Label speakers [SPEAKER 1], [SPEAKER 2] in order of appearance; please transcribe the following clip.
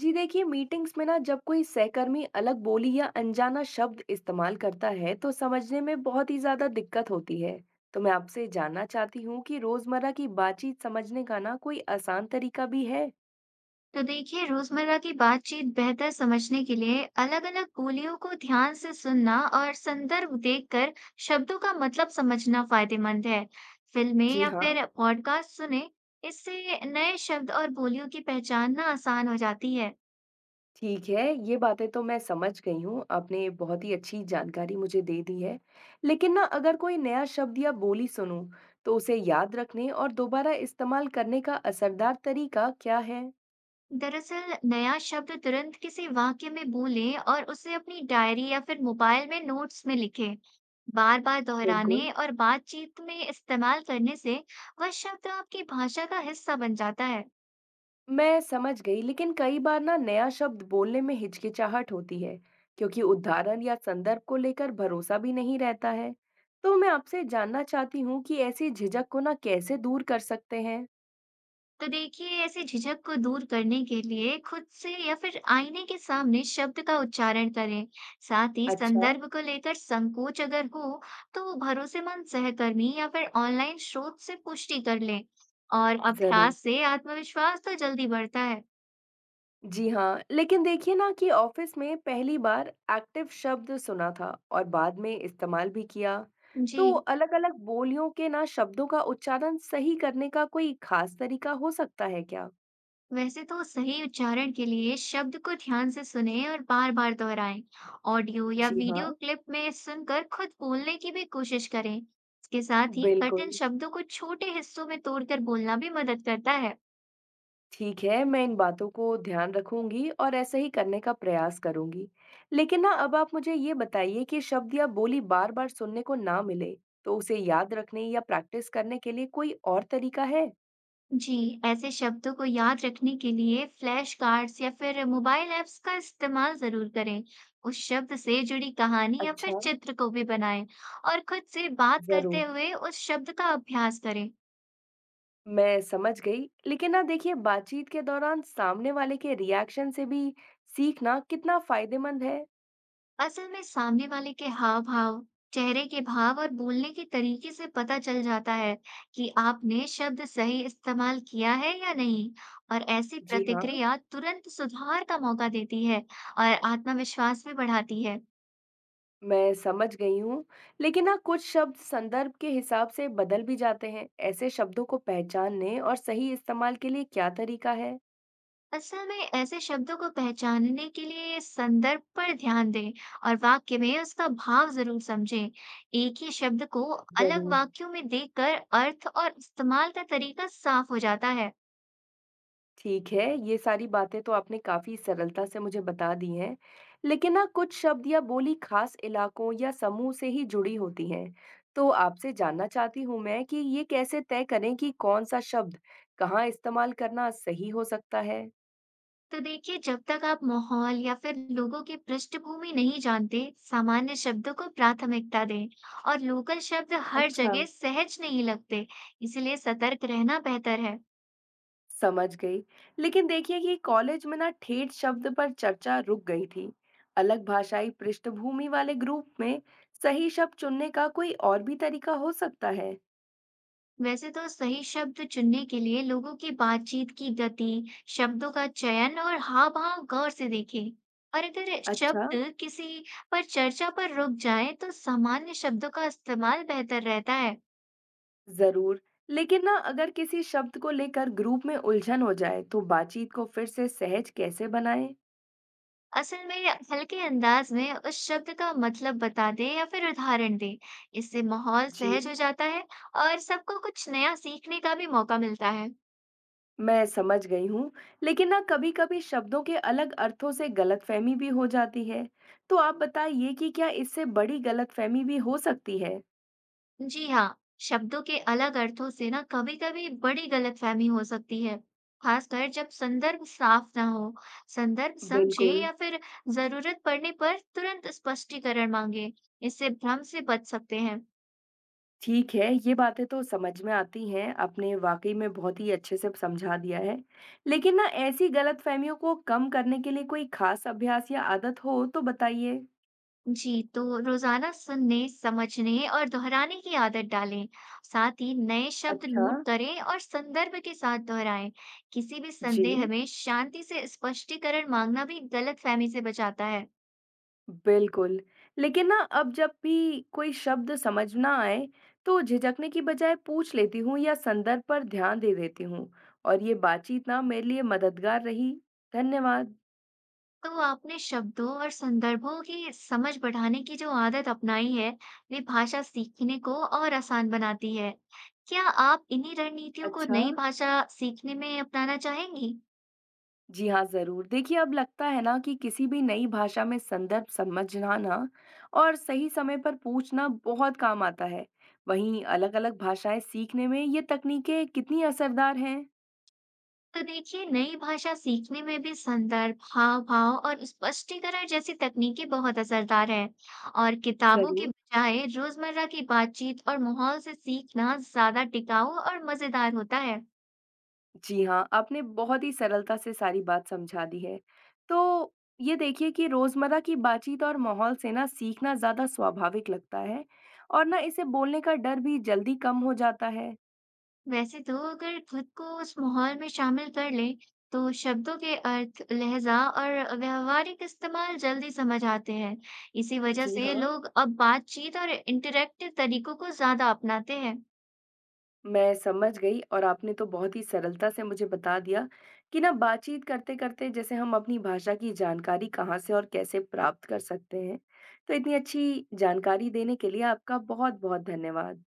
[SPEAKER 1] जी देखिए, मीटिंग्स में ना जब कोई सहकर्मी अलग बोली या अनजाना शब्द इस्तेमाल करता है तो समझने में बहुत ही ज्यादा दिक्कत होती है। तो मैं आपसे जानना चाहती हूँ कि रोजमर्रा की बातचीत समझने का ना कोई आसान तरीका भी है।
[SPEAKER 2] तो देखिए रोजमर्रा की बातचीत बेहतर समझने के लिए अलग-अलग बोलियों को ध्यान से सुनना और संदर्भ देखकर शब्दों का मतलब समझना फायदेमंद है। फिल्में
[SPEAKER 1] जी
[SPEAKER 2] या
[SPEAKER 1] हाँ।
[SPEAKER 2] फिर पॉडकास्ट सुने, इससे नए शब्द और बोलियों की पहचानना आसान हो जाती है।
[SPEAKER 1] ठीक है, ये बातें तो मैं समझ गई हूँ, आपने बहुत ही अच्छी जानकारी मुझे दे दी है। लेकिन ना अगर कोई नया शब्द या बोली सुनूं, तो उसे याद रखने और दोबारा इस्तेमाल करने का असरदार तरीका क्या है।
[SPEAKER 2] दरअसल नया शब्द तुरंत किसी वाक्य में बोलें और उसे अपनी डायरी या फिर मोबाइल में नोट्स में लिखें। बार-बार दोहराने
[SPEAKER 1] बिल्कुल।
[SPEAKER 2] और बातचीत में इस्तेमाल करने से वह शब्द आपकी भाषा का हिस्सा बन जाता है।
[SPEAKER 1] मैं समझ गई, लेकिन कई बार ना नया शब्द बोलने में हिचकिचाहट होती है, क्योंकि उदाहरण या संदर्भ को लेकर भरोसा भी नहीं रहता है। तो मैं आपसे जानना चाहती हूँ कि ऐसी झिझक को ना कैसे दूर कर सकते हैं।
[SPEAKER 2] तो देखिए ऐसी झिझक को दूर करने के लिए खुद से या फिर आईने के सामने शब्द का उच्चारण करें। साथ ही
[SPEAKER 1] अच्छा।
[SPEAKER 2] संदर्भ को लेकर संकोच अगर हो तो भरोसेमंद सहकर्मी या फिर ऑनलाइन स्रोत से पुष्टि कर लें। और
[SPEAKER 1] जरूर।
[SPEAKER 2] अभ्यास से आत्मविश्वास तो जल्दी बढ़ता है।
[SPEAKER 1] जी हाँ, लेकिन देखिए ना कि ऑफिस में पहली बार एक्टिव शब्द सुना था और बाद में इस्तेमाल भी किया।
[SPEAKER 2] जी,
[SPEAKER 1] तो अलग-अलग बोलियों के ना शब्दों का उच्चारण सही करने का कोई खास तरीका हो सकता है क्या।
[SPEAKER 2] वैसे तो सही उच्चारण के लिए शब्द को ध्यान से सुने और बार बार दोहराएं। ऑडियो या
[SPEAKER 1] जी हाँ।
[SPEAKER 2] वीडियो क्लिप में सुनकर खुद बोलने की भी कोशिश करें। इसके साथ ही कठिन
[SPEAKER 1] बिल्कुल।
[SPEAKER 2] शब्दों को छोटे हिस्सों में तोड़कर बोलना भी मदद करता है।
[SPEAKER 1] ठीक है, मैं इन बातों को ध्यान रखूंगी और ऐसा ही करने का प्रयास करूंगी। लेकिन ना अब आप मुझे ये बताइए कि शब्द या बोली बार-बार सुनने को ना मिले, तो उसे याद रखने या प्रैक्टिस करने के लिए कोई और तरीका है?
[SPEAKER 2] जी, ऐसे शब्दों को याद रखने के लिए फ्लैश कार्ड्स या फिर मोबाइल ऐप्स का इस्तेमाल जरूर करें। उस शब्द से जुड़ी कहानी या फिर
[SPEAKER 1] अच्छा।
[SPEAKER 2] चित्र को भी बनाएं और खुद से बात करते
[SPEAKER 1] जरूर।
[SPEAKER 2] हुए उस शब्द का अभ्यास करें।
[SPEAKER 1] मैं समझ गई। लेकिन ना देखिए, बातचीत के दौरान सामने वाले के रिएक्शन से भी सीखना कितना फायदेमंद है?
[SPEAKER 2] असल में सामने वाले के हाव भाव, चेहरे के भाव और बोलने के तरीके से पता चल जाता है कि आपने शब्द सही इस्तेमाल किया है या नहीं, और ऐसी
[SPEAKER 1] जी हाँ।
[SPEAKER 2] प्रतिक्रिया तुरंत सुधार का मौका देती है और आत्मविश्वास भी बढ़ाती है।
[SPEAKER 1] मैं समझ गई हूँ, लेकिन ना कुछ शब्द संदर्भ के हिसाब से बदल भी जाते हैं। ऐसे शब्दों को पहचानने और सही इस्तेमाल के लिए क्या तरीका है?
[SPEAKER 2] असल में ऐसे शब्दों को पहचानने के लिए संदर्भ पर ध्यान दें और वाक्य में उसका भाव जरूर समझें। एक ही शब्द को अलग
[SPEAKER 1] ज़रूर।
[SPEAKER 2] वाक्यों में देखकर अर्थ और इस्तेमाल का तरीका साफ हो जाता है।
[SPEAKER 1] ठीक है, ये सारी बातें तो आपने काफ़ी सरलता से मुझे बता दी हैं। लेकिन ना कुछ शब्द या बोली खास इलाकों या समूह से ही जुड़ी होती हैं। तो आपसे जानना चाहती हूँ मैं कि ये कैसे तय करें कि कौन-सा शब्द कहाँ इस्तेमाल करना सही हो सकता है?
[SPEAKER 2] तो देखिए जब तक आप माहौल या फिर लोगों की पृष्ठभूमि नहीं जानते, सामान्य शब्दों को प्राथमिकता दें और लोकल शब्द हर
[SPEAKER 1] अच्छा।
[SPEAKER 2] जगह सहज नहीं लगते, इसलिए सतर्क रहना बेहतर है।
[SPEAKER 1] समझ गई। लेकिन देखिए कि कॉलेज में ना ठेठ शब्द पर चर्चा रुक गई थी। अलग भाषाई पृष्ठभूमि वाले ग्रुप में सही शब्द चुनने का कोई और भी तरीका हो सकता है।
[SPEAKER 2] वैसे तो सही शब्द चुनने के लिए लोगों की बातचीत की गति, शब्दों का चयन और हाव भाव गौर से देखें। और अगर
[SPEAKER 1] अच्छा।
[SPEAKER 2] शब्द किसी पर चर्चा पर रुक जाए तो सामान्य शब्दों का इस्तेमाल बेहतर रहता है।
[SPEAKER 1] जरूर। लेकिन ना अगर किसी शब्द को लेकर ग्रुप में उलझन हो जाए, तो बातचीत को फिर से सहज कैसे बनाएं।
[SPEAKER 2] असल में हल्के अंदाज में उस शब्द का मतलब बता दें या फिर उदाहरण दें, इससे माहौल
[SPEAKER 1] जी।
[SPEAKER 2] सहज हो जाता है और सबको कुछ नया सीखने का भी मौका मिलता है।
[SPEAKER 1] मैं समझ गई हूँ। लेकिन ना कभी कभी शब्दों के अलग अर्थों से गलतफहमी भी हो जाती है। तो आप बताइए कि क्या इससे बड़ी गलतफहमी भी हो सकती है।
[SPEAKER 2] जी हाँ, शब्दों के अलग अर्थों से ना कभी कभी बड़ी गलतफहमी हो सकती है, खासकर जब संदर्भ साफ ना हो। संदर्भ समझे
[SPEAKER 1] बिल्कुल।
[SPEAKER 2] या फिर जरूरत पड़ने पर तुरंत स्पष्टीकरण मांगे, इससे भ्रम से बच सकते हैं।
[SPEAKER 1] ठीक है, ये बातें तो समझ में आती हैं, आपने वाक़ई में बहुत ही अच्छे से समझा दिया है। लेकिन ना ऐसी गलतफ़हमियों को कम करने के लिए कोई ख़ास अभ्यास या आदत हो तो बताइए?
[SPEAKER 2] जी, तो रोजाना सुनने, समझने और दोहराने की आदत डालें। साथ ही नए शब्द
[SPEAKER 1] अच्छा।
[SPEAKER 2] नोट करें और संदर्भ के साथ दोहराएं। किसी भी
[SPEAKER 1] जी,
[SPEAKER 2] संदेह में शांति से स्पष्टीकरण मांगना भी गलतफहमी से बचाता है।
[SPEAKER 1] बिल्कुल। लेकिन ना अब जब भी कोई शब्द समझ ना आए, तो झिझकने की बजाय पूछ लेती हूँ या संदर्भ पर ध्यान दे देती हूँ, और ये बातचीत ना मेरे लिए मददगार रही। धन्यवाद।
[SPEAKER 2] तो आपने शब्दों और संदर्भों की समझ बढ़ाने की जो आदत अपनाई है, वे भाषा सीखने को और आसान बनाती है। क्या आप इन्हीं रणनीतियों को
[SPEAKER 1] अच्छा।
[SPEAKER 2] नई भाषा सीखने में अपनाना चाहेंगी?
[SPEAKER 1] जी हाँ, ज़रूर। देखिए, अब लगता है ना कि किसी भी नई भाषा में संदर्भ समझना ना और सही समय पर पूछना बहुत काम आता है। वहीं अलग-अलग भाषाएं सीखने में ये तकनीकें कितनी असरदार हैं?
[SPEAKER 2] तो देखिए नई भाषा सीखने में भी संदर्भ, हाव भाव और स्पष्टीकरण जैसी तकनीकें बहुत असरदार है। और किताबों के
[SPEAKER 1] ज़रूर।
[SPEAKER 2] बजाय रोजमर्रा की बातचीत और माहौल से सीखना ज्यादा टिकाऊ और मजेदार होता है।
[SPEAKER 1] जी हाँ, आपने बहुत ही सरलता से सारी बात समझा दी है। तो ये देखिए कि रोज़मर्रा की बातचीत और माहौल से ना सीखना ज़्यादा स्वाभाविक लगता है और ना इसे बोलने का डर भी जल्दी कम हो जाता है।
[SPEAKER 2] वैसे तो अगर खुद को उस माहौल में शामिल कर ले तो शब्दों के अर्थ, लहजा और व्यवहारिक इस्तेमाल जल्दी समझ आते हैं। इसी वजह
[SPEAKER 1] जी
[SPEAKER 2] से
[SPEAKER 1] हाँ।
[SPEAKER 2] लोग अब बातचीत और इंटरेक्टिव तरीकों को ज्यादा अपनाते हैं।
[SPEAKER 1] मैं समझ गई, और आपने तो बहुत ही सरलता से मुझे बता दिया कि ना बातचीत करते-करते जैसे हम अपनी भाषा की जानकारी कहाँ से और कैसे प्राप्त कर सकते हैं। तो इतनी अच्छी जानकारी देने के लिए आपका बहुत-बहुत धन्यवाद।